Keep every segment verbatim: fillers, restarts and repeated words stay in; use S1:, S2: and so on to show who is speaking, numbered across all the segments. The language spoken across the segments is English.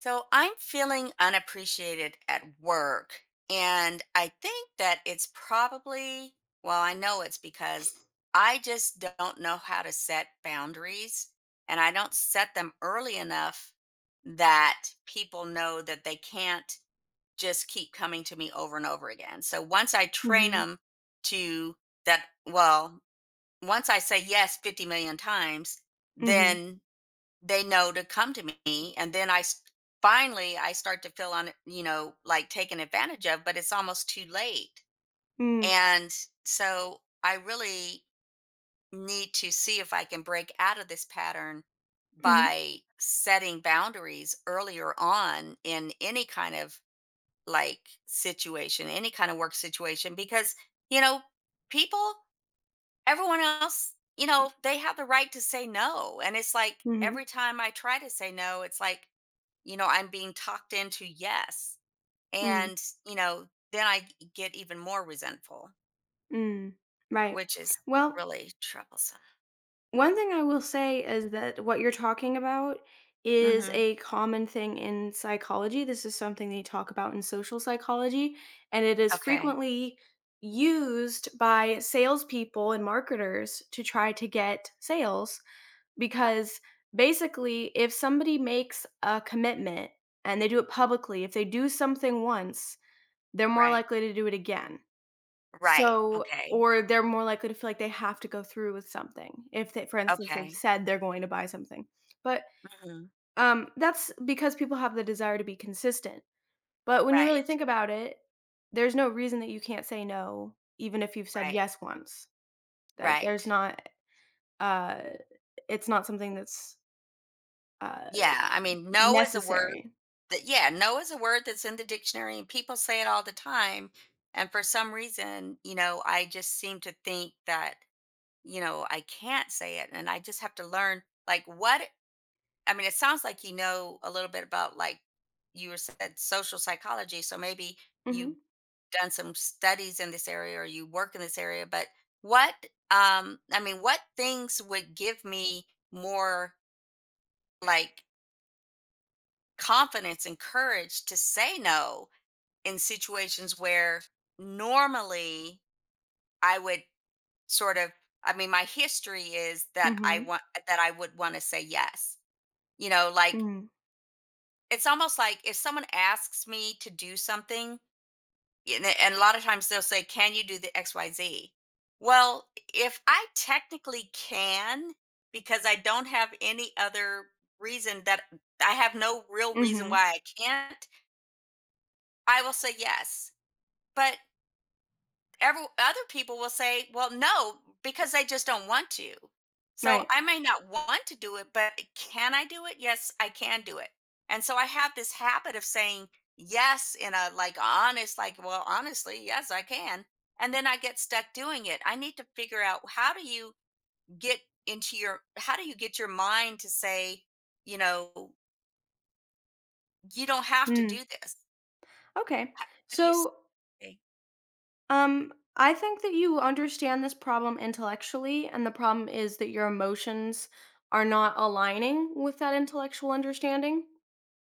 S1: So I'm feeling unappreciated at work. And I think that it's probably, well, I know it's because I just don't know how to set boundaries and I don't set them early enough that people know that they can't just keep coming to me over and over again. So once I train
S2: Mhm.
S1: them to that, well, once I say yes 50 million times,
S2: Mhm.
S1: then they know to come to me, and then I s finally, I start to feel on you know, like, taken advantage of, but it's almost too late,
S2: Mm.
S1: and so I really need to see if I can break out of this pattern
S2: Mhm.
S1: by setting boundaries earlier on in any kind of, like, situation, any kind of work situation because, you know, people everyone else, you know, they have the right to say no. And it's like
S2: Mhm.
S1: every time I try to say no, it's like, you know, I'm being talked into yes.
S2: Mm.
S1: And, you know, then I g- get even more resentful,
S2: Mm. Right.
S1: which is
S2: Well,
S1: really troublesome.
S2: One thing I will say is that what you're talking about is
S1: Hmm.
S2: a common thing in psychology. This is something they talk about in social psychology, and it is
S1: Okay.
S2: frequently used by salespeople and marketers to try to get sales
S1: Uh,
S2: because basically, if somebody makes a commitment and they do it publicly, if they do something once, they're more
S1: right.
S2: likely to do it again.
S1: Right.
S2: So
S1: Okay.
S2: or they're more likely to feel like they have to go through with something if they for instance, they've
S1: Okay.
S2: said they're going to buy something. But,
S1: Hmm.
S2: um, that's because people have the desire to be consistent. But when you really
S1: Right.
S2: think about it, there's no reason that you can't say no even if you've said
S1: Right.
S2: yes once. That
S1: Right.
S2: there's not, uh it's not something that's, uh
S1: Yeah, I mean, no is a word
S2: necessary.
S1: that, yeah, no is a word that's in the dictionary and people say it all the time. And for some reason, you know, I just seem to think that, you know, I can't say it and I just have to learn like what I mean, it sounds like you know a little bit about like you were said social psychology, so maybe
S2: Mhm.
S1: you've done some studies in this area or you work in this area, but what um I mean, what things would give me more like confidence and courage to say no in situations where normally I would sort of I mean my history is that I
S2: Mhm.
S1: want that I would want to say yes. You know, like
S2: Mm.
S1: it's almost like if someone asks me to do something and, and a lot of times they'll say can you do the X Y Z?" Well, if I technically can because I don't have any other reason that I have no real reason
S2: Mhm.
S1: why I can't, I will say yes. But every other people will say, "Well, no," because they just don't want to. So
S2: Right.
S1: I may not want to do it, but can I do it? Yes, I can do it. And so I have this habit of saying yes in a like honest, like, well, honestly, yes, I can. And then I get stuck doing it. I need to figure out how do you get into your, how do you get your mind to say, you know, you don't have to
S2: Mm.
S1: do this?
S2: Okay.
S1: How how do you
S2: So
S1: say?
S2: Um, I think that you understand this problem intellectually, and the problem is that your emotions are not aligning with that intellectual understanding.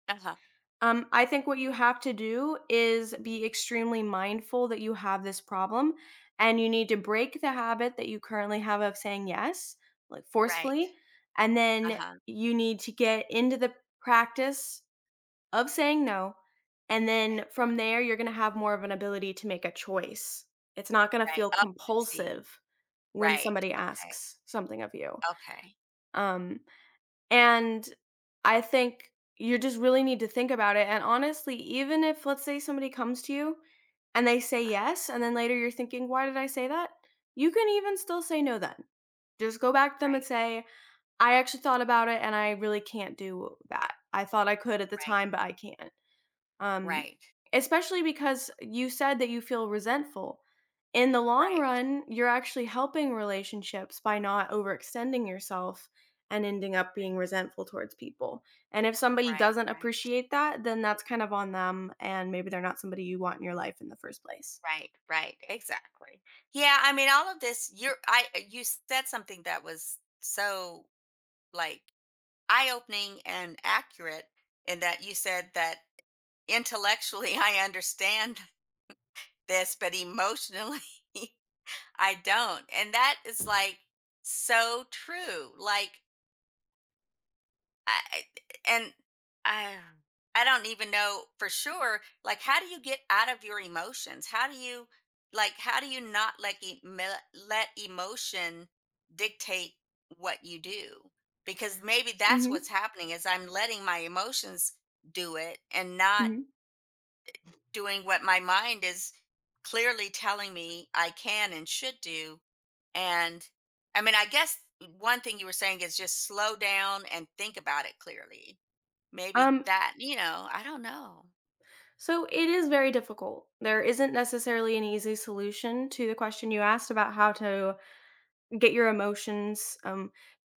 S1: Uh huh.
S2: Um, I think what you have to do is be extremely mindful that you have this problem, and you need to break the habit that you currently have of saying yes, like
S1: Right.
S2: forcefully, and
S1: Uh
S2: then
S1: huh.
S2: you need to get into the practice of saying no. And
S1: Right.
S2: then from there, you're going to have more of an ability to make a choice. It's not going to
S1: Right.
S2: feel
S1: Oh, I see.
S2: compulsive when
S1: Right.
S2: somebody
S1: Okay.
S2: asks something of you.
S1: Okay.
S2: Um, and I think you just really need to think about it. And honestly, even if, let's say, somebody comes to you and they say yes, and then later you're thinking, why did I say that? You can even still say no then. Just go back to them and
S1: Right.
S2: say, I actually thought about it and I really can't do that. I thought I could at the
S1: Right.
S2: time, but I can't. Um,
S1: Right.
S2: especially because you said that you feel resentful. In the long
S1: Right.
S2: run, you're actually helping relationships by not overextending yourself and ending up being
S1: Right.
S2: resentful towards people. And if somebody
S1: Right.
S2: doesn't
S1: Right.
S2: appreciate that, then that's kind of on them and maybe they're not somebody you want in your life in the first place.
S1: Right. Right. Exactly. Yeah. I mean, all of this. You're. I. uh, You said something that was so like eye-opening and accurate in that you said that intellectually I understand this, but emotionally I don't, and that is like so true. Like I and I I don't even know for sure. Like, how do you get out of your emotions? How do you like? How do you not like e- me- let emotion dictate what you do? Because maybe that's
S2: Mhm.
S1: what's happening is I'm letting my emotions do it and not
S2: Mhm.
S1: doing what my mind is clearly telling me I can and should do. And I mean, I guess one thing you were saying is just slow down and think about it clearly. Maybe
S2: Um
S1: that you know, I don't know.
S2: so it is very difficult. There isn't necessarily an easy solution to the question you asked about how to get your emotions um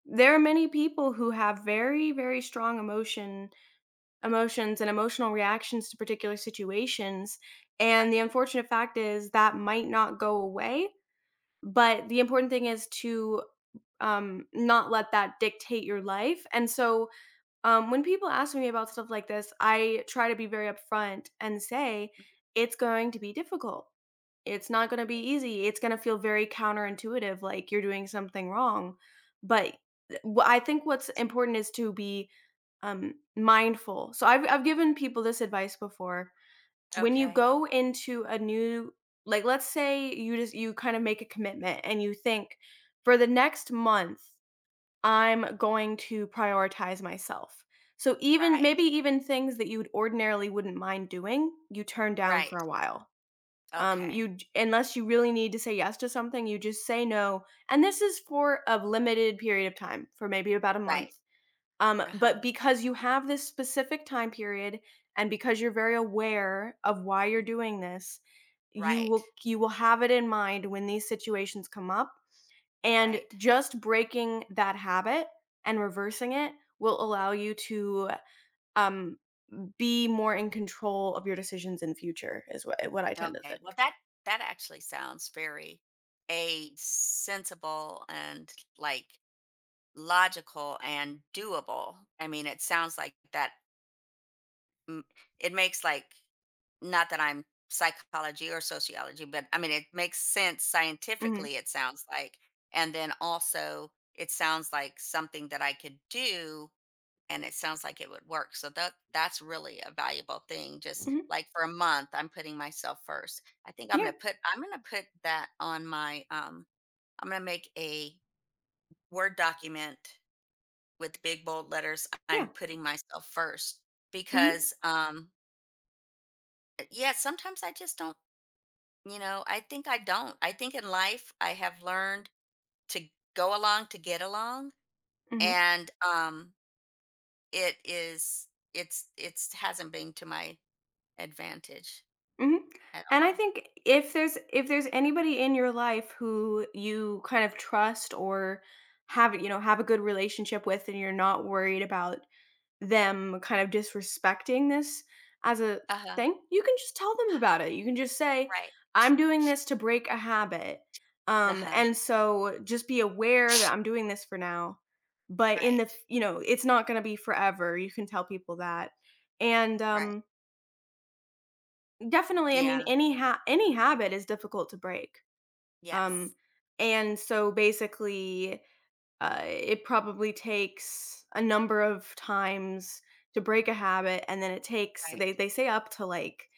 S2: there are many people who have very, very strong emotion emotions and emotional reactions to particular situations, and the
S1: Right.
S2: unfortunate fact is that might not go away, but the important thing is to, um, not let that dictate your life, and so, um, when people ask me about stuff like this, I try to be very upfront and say, "It's going to be difficult." It's not gonna be
S1: Right.
S2: easy. It's gonna feel very counterintuitive, like you're doing something wrong, but th wha I think what's important is to be, um, mindful. So I've I've given people this advice before. When you
S1: Okay.
S2: go into a new like, let's say you just you kind of make a commitment and you think, "For the next month, I'm going to prioritize myself." So even
S1: Right.
S2: maybe even things that you'd ordinarily wouldn't mind doing, you turn down for
S1: Right.
S2: a while. Um, you
S1: Okay.
S2: j unless you really need to say yes to something, you just say no, and this is for a limited period of time, for maybe about a
S1: Right.
S2: month. Um, but
S1: Uh-huh.
S2: because you have this specific time period and because you're very aware of why you're doing this, you will
S1: Right.
S2: you will have it in mind when these situations come up, and
S1: Right.
S2: just breaking that habit and reversing it will allow you to, um, be more in control of your decisions in future is what what I tend to
S1: Okay. Well,
S2: think.
S1: that that actually sounds very a sensible and like logical and doable. I mean, it sounds like that m- it makes like not that I'm psychology or sociology, but I mean it makes sense
S2: Mhm.
S1: scientifically it sounds like. And then also it sounds like something that I could do and it sounds like it would work. So that that's really a valuable thing. Just
S2: Mhm.
S1: like for a month, I'm putting myself first. I think I'm
S2: Yeah,
S1: gonna put I'm gonna put that on my, um I'm gonna make a Word document with big bold letters.
S2: yeah.
S1: I'm putting myself first
S2: Mhm,
S1: because um Uh, yeah, sometimes I just don't, you know, I think I don't. I think in life I have learned to go along to get along
S2: mhm,
S1: and um it is it's it's hasn't been to my advantage
S2: mhm.
S1: at
S2: And I
S1: all.
S2: think if there's if there's anybody in your life who you kind of trust or have, you know, have a good relationship with and you're not worried about them kind of disrespecting this as a
S1: Uh-huh.
S2: thing, you can just tell them about it. You can just say,
S1: Right.
S2: "I'm doing this to break a habit." Um,
S1: Uh-huh.
S2: and so just be aware that I'm doing this for now, but in the,
S1: Right.
S2: f- you know, it's not going to be forever. You can tell people that. And
S1: Right.
S2: um definitely, I mean,
S1: Yeah.
S2: any ha any habit is difficult to break. Um,
S1: Yes.
S2: and so basically, uh, it probably takes a number of times to break a habit, and then it takes
S1: Right.
S2: they they say up to like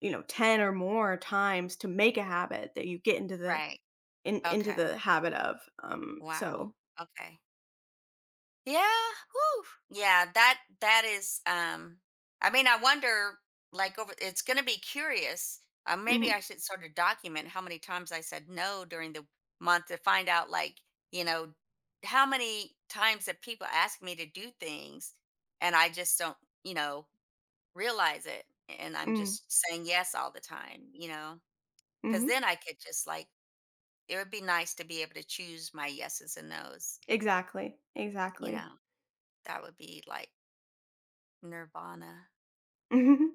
S2: you know ten or more times to make a habit that you get into the
S1: Right.
S2: in into
S1: Okay.
S2: the habit of. Um,
S1: Wow.
S2: so
S1: Okay. Yeah. Whew. Yeah, that that is um I mean, I wonder like over it's going to be curious. Uh,
S2: mm-hmm,
S1: maybe I should sort of document how many times I said no during the month to find out like, you know, how many times that people ask me to do things and I just don't, you know, realize it and I'm
S2: mm-hmm,
S1: just saying yes all the time, you know. Cuz
S2: mm-hmm,
S1: then I could just like it would be nice to be able to choose my yeses and nos,
S2: exactly,
S1: you
S2: exactly.
S1: know. That would be like Nirvana.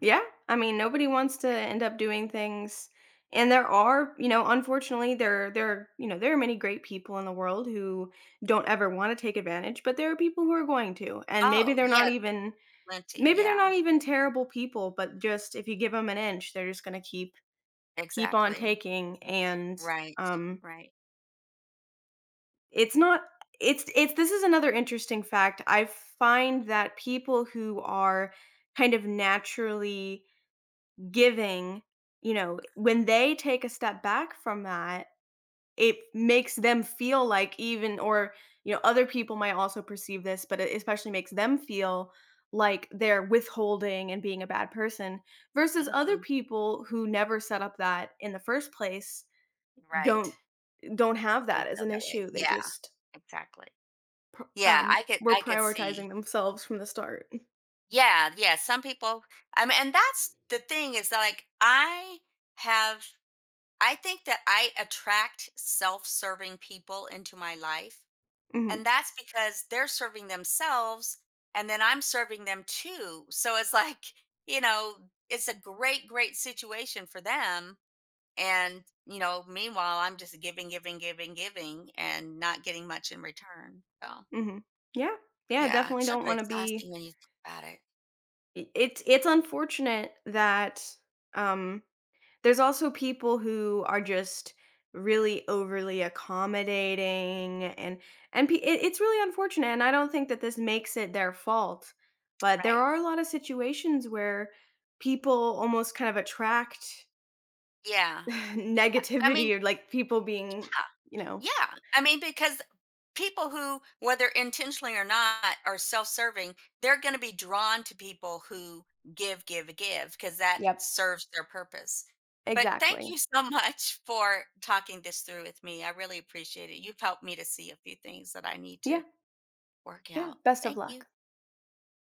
S2: Yeah. I mean, nobody wants to end up doing things and there are, you know, unfortunately there there, you know, there are many great people in the world who don't ever want to take advantage, but there are people who are going to. And maybe
S1: Oh,
S2: they're not
S1: yeah,
S2: even
S1: plenty,
S2: maybe they're
S1: yeah,
S2: not even terrible people, but just if you give them an inch, they're just going to keep keep on
S1: exactly.
S2: taking and
S1: Right,
S2: um
S1: right.
S2: it's not it's it's this is another interesting fact. I find that people who are kind of naturally giving, you know, when they take a step back from that, it makes them feel like even or, you know, other people might also perceive this, but it especially makes them feel like they're withholding and being a bad person versus other
S1: Mhm,
S2: people who never set up that in the first place
S1: right.
S2: don't don't have that
S1: Don't
S2: as
S1: feel
S2: an
S1: that way.
S2: issue. They
S1: Yeah,
S2: just
S1: exactly.
S2: pr-
S1: Yeah,
S2: um
S1: I could
S2: were
S1: I could see.
S2: prioritizing themselves from the start.
S1: Yeah, yeah, some people. I mean, and that's the thing is that, like, I have I think that I attract self-serving people into my life. And
S2: Mhm.
S1: that's because they're serving themselves and then I'm serving them too. So it's like, you know, it's a great, great situation for them. And, you know, meanwhile, I'm just giving, giving, giving, giving and not getting much in return. So,
S2: Mhm. Yeah. Yeah,
S1: yeah,
S2: definitely
S1: it's sort
S2: don't
S1: of
S2: want to be
S1: exhausting when you think about it.
S2: I it's it's unfortunate that, um, there's also people who are just really overly accommodating and and p it it's really unfortunate, and I don't think that this makes it their fault, but there
S1: Right.
S2: are a lot of situations where people almost kind of attract
S1: Yeah. I mean,
S2: negativity or, like, people being, you know
S1: yeah. I mean, because people who, whether intentionally or not, are self serving, they're going to be drawn to people who give, give, give, because that
S2: Yep,
S1: serves their purpose. But thank
S2: exactly.
S1: you so much for talking this through with me. I really appreciate it. You've helped me to see a few things that I need
S2: Yeah,
S1: to work
S2: yeah,
S1: out.
S2: best of
S1: Thank you.
S2: luck.